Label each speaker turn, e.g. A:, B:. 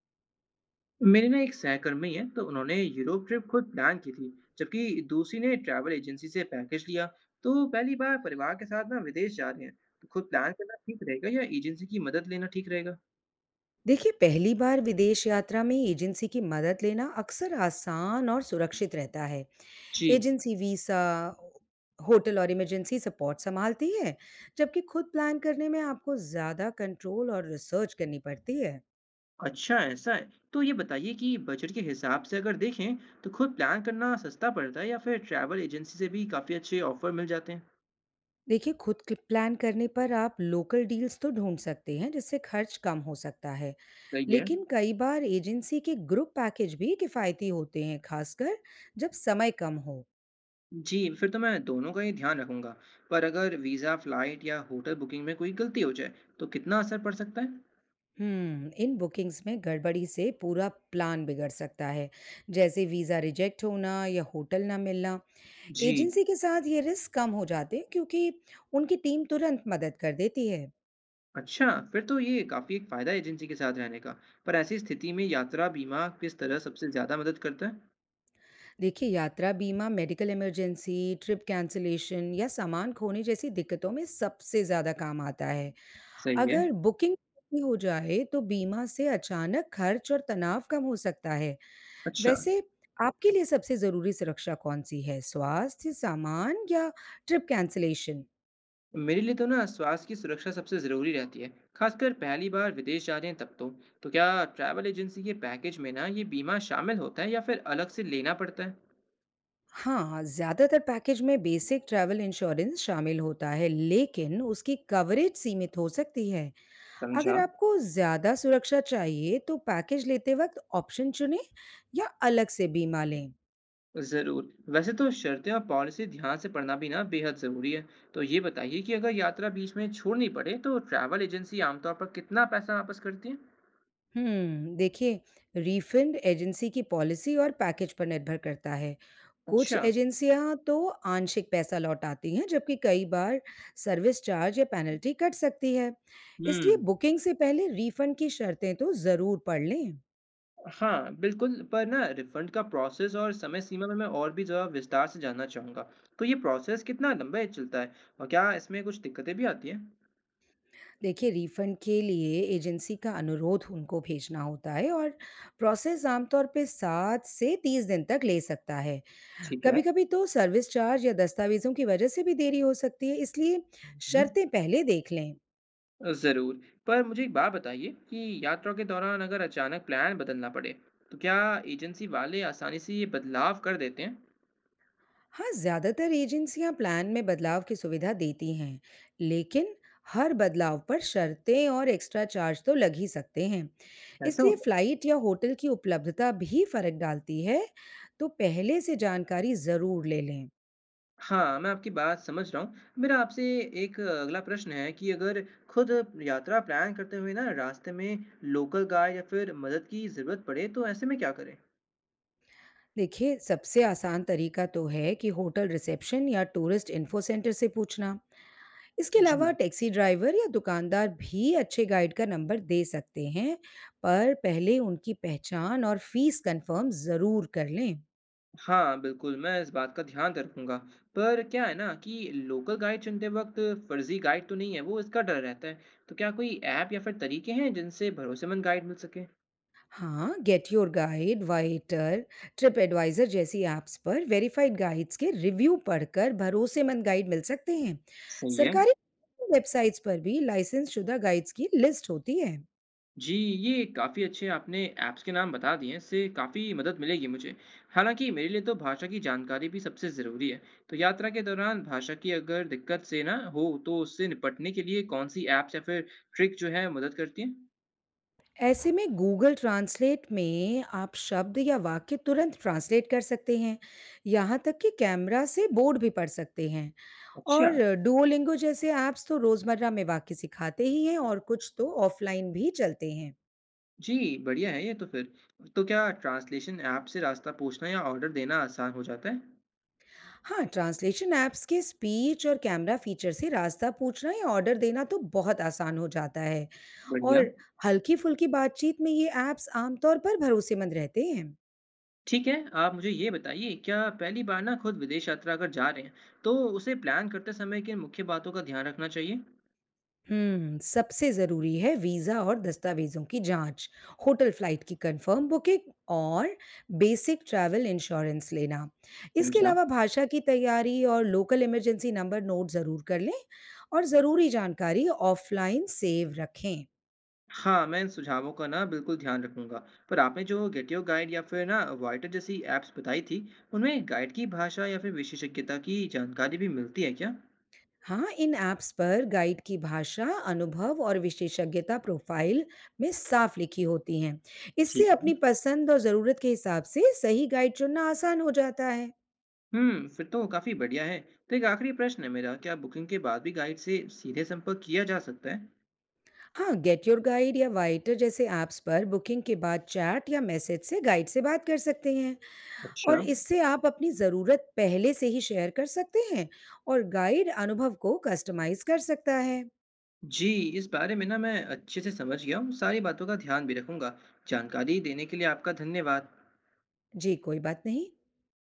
A: मेरे ना एक सहकर्मी है तो उन्होंने यूरोप ट्रिप खुद प्लान की थी। जबकि दूसरी ने ट्रैवल एजेंसी से पैकेज लिया। तो पहली बार परिवार के साथ ना विदेश जा रहे हैं, तो खुद प्लान करना ठीक रहेगा या एजेंसी की मदद लेना ठीक रहेगा।
B: देखिए पहली बार विदेश यात्रा में एजेंसी की मदद लेना अक्सर आसान और सुरक्षित रहता है।
A: जी।
B: एजेंसी वीज़ा, होटल और इमरजेंसी सपोर्ट संभालती है, जबकि खुद प्लान करने में आपको ज़्यादा कंट्रोल और रिसर्च करनी पड़ती है।
A: अच्छा, ऐसा है तो ये बताइए कि बजट के हिसाब से अगर देखें तो खुद प्लान करना सस्ता पड़ता है या फिर ट्रैवल एजेंसी से भी काफ़ी अच्छे ऑफर मिल जाते हैं।
B: देखिए खुद के प्लान करने पर आप लोकल डील्स तो ढूंढ सकते हैं, जिससे खर्च कम हो सकता है,
A: सही है।
B: लेकिन कई बार एजेंसी के ग्रुप पैकेज भी किफ़ायती होते हैं, खासकर जब समय कम हो।
A: जी, फिर तो मैं दोनों का ही ध्यान रखूंगा। पर अगर वीज़ा फ्लाइट या होटल बुकिंग में कोई गलती हो जाए तो कितना असर पड़ सकता है।
B: इन बुकिंग्स में गड़बड़ी से पूरा प्लान बिगड़ सकता है, जैसे वीज़ा रिजेक्ट होना या होटल ना मिलना।
A: जी।
B: एजेंसी के साथ ये रिस्क कम हो जाते हैं, क्योंकि उनकी टीम तुरंत मदद कर देती है।
A: अच्छा, फिर तो ये काफ़ी एक फ़ायदा है एजेंसी के साथ रहने का। पर ऐसी स्थिति में यात्रा बीमा किस तरह सबसे ज़्यादा मदद करता है?
B: देखिए, यात्रा बीमा मेडिकल इमरजेंसी, ट्रिप कैंसलेशन या सामान खोने जैसी दिक्कतों में सबसे ज़्यादा काम आता है।
A: सही है।
B: अगर बुकिंग हो जाए तो बीमा से अचानक खर्च और तनाव कम हो सकता है।
A: अच्छा।
B: वैसे आपके लिए सबसे ज़रूरी सुरक्षा कौन-सी है? स्वास्थ्य, सामान या ट्रिप कैंसलेशन?
A: मेरे लिए तो ना स्वास्थ्य की सुरक्षा सबसे ज़रूरी रहती है, खासकर पहली बार विदेश जा रहे हैं तब तो। तो क्या ट्रैवल एजेंसी के पैकेज में ना ये बीमा शामिल होता है या फिर अलग से लेना पड़ता है?
B: हाँ, ज़्यादातर पैकेज में बेसिक ट्रैवल इंश्योरेंस शामिल होता है, लेकिन उसकी कवरेज सीमित हो सकती है।
A: समझा।
B: अगर आपको ज़्यादा सुरक्षा चाहिए, तो पैकेज लेते वक्त ऑप्शन चुनें या अलग से बीमा लें।
A: ज़रूर। वैसे तो शर्तें और पॉलिसी ध्यान से पढ़ना भी ना बेहद ज़रूरी है। तो ये बताइए कि अगर यात्रा बीच में छोड़नी पड़े तो ट्रैवल एजेंसी आमतौर पर कितना पैसा वापस करती है?
B: देखिए, रिफंड एजेंसी की पॉलिसी और पैकेज पर निर्भर करता है। कुछ
A: अच्छा।
B: एजेंसियां तो आंशिक पैसा लौटाती हैं, जबकि कई बार सर्विस चार्ज या पेनल्टी कट सकती है। इसलिए
A: हुँ।
B: बुकिंग से पहले रिफंड की शर्तें तो जरूर पढ़ लें।
A: हाँ, बिल्कुल। पर ना रिफंड का प्रोसेस और समय सीमा में मैं और भी ज़रा विस्तार से जानना चाहूँगा। तो ये प्रोसेस कितना लंबा चलता है और क्या इसमें कुछ दिक्कतें भी आती हैं?
B: देखिए, रिफंड के लिए एजेंसी का अनुरोध उनको भेजना होता है और प्रोसेस आमतौर पे 7 से 30 दिन तक ले सकता है।
A: ठीक है।
B: कभी-कभी तो सर्विस चार्ज या दस्तावेज़ों की वजह से भी देरी हो सकती है, इसलिए
A: हुँ।
B: शर्तें पहले देख लें।
A: ज़रूर। पर मुझे एक बात बताइए कि यात्रा के दौरान अगर अचानक प्लान बदलना पड़े, तो क्या एजेंसी वाले आसानी से ये बदलाव कर देते हैं?
B: हाँ, ज़्यादातर एजेंसियाँ प्लान में बदलाव की सुविधा देती हैं, लेकिन हर बदलाव पर शर्तें और एक्स्ट्रा चार्ज तो लग ही सकते हैं।
A: ऐसा
B: इसलिए
A: होता है?
B: फ्लाइट या होटल की उपलब्धता भी फ़र्क डालती है, तो पहले से जानकारी ज़रूर ले लें।
A: हाँ, मैं आपकी बात समझ रहा हूँ। मेरा आपसे एक अगला प्रश्न है कि अगर खुद यात्रा प्लान करते हुए ना रास्ते में लोकल गाइड या फिर मदद की ज़रूरत पड़े तो ऐसे में क्या करें?
B: देखिए, सबसे आसान तरीका तो है कि होटल रिसेप्शन या टूरिस्ट इन्फो सेंटर से पूछना। इसके
A: जी।
B: अलावा टैक्सी ड्राइवर या दुकानदार भी अच्छे गाइड का नंबर दे सकते हैं, पर पहले उनकी पहचान और फीस कंफर्म ज़रूर कर लें।
A: हाँ, बिल्कुल मैं इस बात का ध्यान तो रखूंगा। पर क्या है ना कि लोकल गाइड चुनते वक्त फर्जी गाइड तो नहीं है, वो इसका डर रहता है। तो क्या कोई ऐप या फिर तरीके हैं जिनसे भरोसेमंद गाइड मिल सके?
B: हाँ, get your guide, Viator, TripAdvisor जैसी ऐप्स पर वेरीफाइड गाइड्स के रिव्यू पढ़कर भरोसेमंद गाइड मिल सकते हैं।
A: सही है।
B: सरकारी वेबसाइट्स पर भी लाइसेंस शुदा गाइड्स की लिस्ट होती है।
A: जी, ये काफ़ी अच्छे आपने ऐप्स के नाम बता दिए हैं, इससे काफ़ी मदद मिलेगी मुझे। हालाँकि मेरे लिए तो भाषा की जानकारी भी सबसे ज़रूरी है। तो यात्रा के दौरान भाषा की अगर दिक्कत से ना हो, तो उससे निपटने के लिए कौन-सी ऐप्स या फिर ट्रिक जो है मदद करती हैं?
B: ऐसे में गूगल ट्रांसलेट में आप शब्द या वाक्य तुरंत ट्रांसलेट कर सकते हैं, यहाँ तक कि कैमरा से बोर्ड भी पढ़ सकते हैं।
A: अच्छा।
B: और डुओलिंगो जैसे ऐप्स तो रोज़मर्रा में वाक्य सिखाते ही हैं, और कुछ तो ऑफलाइन भी चलते हैं।
A: जी, बढ़िया है ये तो फिर। तो क्या ट्रांसलेशन ऐप से रास्ता पूछना या ऑर्डर देना आसान हो जाता है?
B: हाँ, ट्रांसलेशन ऐप्स के स्पीच और कैमरा फीचर से रास्ता पूछना या ऑर्डर देना तो बहुत आसान हो जाता है,
A: बढ़िया।
B: और हल्की-फुल्की बातचीत में ये ऐप्स आमतौर पर भरोसेमंद रहते हैं।
A: ठीक है, आप मुझे ये बताइए, क्या पहली बार ना खुद विदेश यात्रा अगर जा रहे हैं, तो उसे प्लान करते समय किन मुख्य बातों का ध्यान रखना चाहिए?
B: सबसे ज़रूरी है वीज़ा और दस्तावेज़ों की जाँच, होटल फ़्लाइट की कन्फर्म बुकिंग और बेसिक ट्रैवल इंश्योरेंस लेना। इसके
A: समझा।
B: अलावा भाषा की तैयारी और लोकल इमरजेंसी नंबर नोट ज़रूर कर लें और ज़रूरी जानकारी ऑफ़लाइन सेव रखें।
A: हाँ, मैं इन सुझावों का ना बिल्कुल ध्यान रखूँगा। पर आपने जो गेट योर गाइड या फिर ना वाइटर जैसी ऐप्स बताई थी, उनमें गाइड की भाषा या फिर विशेषज्ञता की जानकारी भी मिलती है क्या?
B: हाँ, इन ऐप्स पर गाइड की भाषा, अनुभव और विशेषज्ञता प्रोफ़ाइल में साफ लिखी होती हैं। इससे
A: ठीक है।
B: अपनी पसंद और ज़रूरत के हिसाब से सही गाइड चुनना आसान हो जाता है।
A: हुँ, फिर तो काफ़ी बढ़िया है। तो एक आखिरी प्रश्न है मेरा, क्या बुकिंग के बाद भी गाइड से सीधे संपर्क किया जा सकता है?
B: हाँ, गेट योर गाइड या वाइटर जैसे ऐप्स पर बुकिंग के बाद चैट या मैसेज से गाइड से बात कर सकते हैं,
A: अच्छा।
B: और इससे आप अपनी ज़रूरत पहले से ही शेयर कर सकते हैं और गाइड अनुभव को कस्टमाइज कर सकता है।
A: जी, इस बारे में ना मैं अच्छे से समझ गया हूँ, सारी बातों का ध्यान भी रखूँगा। जानकारी देने के लिए आपका धन्यवाद।
B: जी, कोई बात नहीं।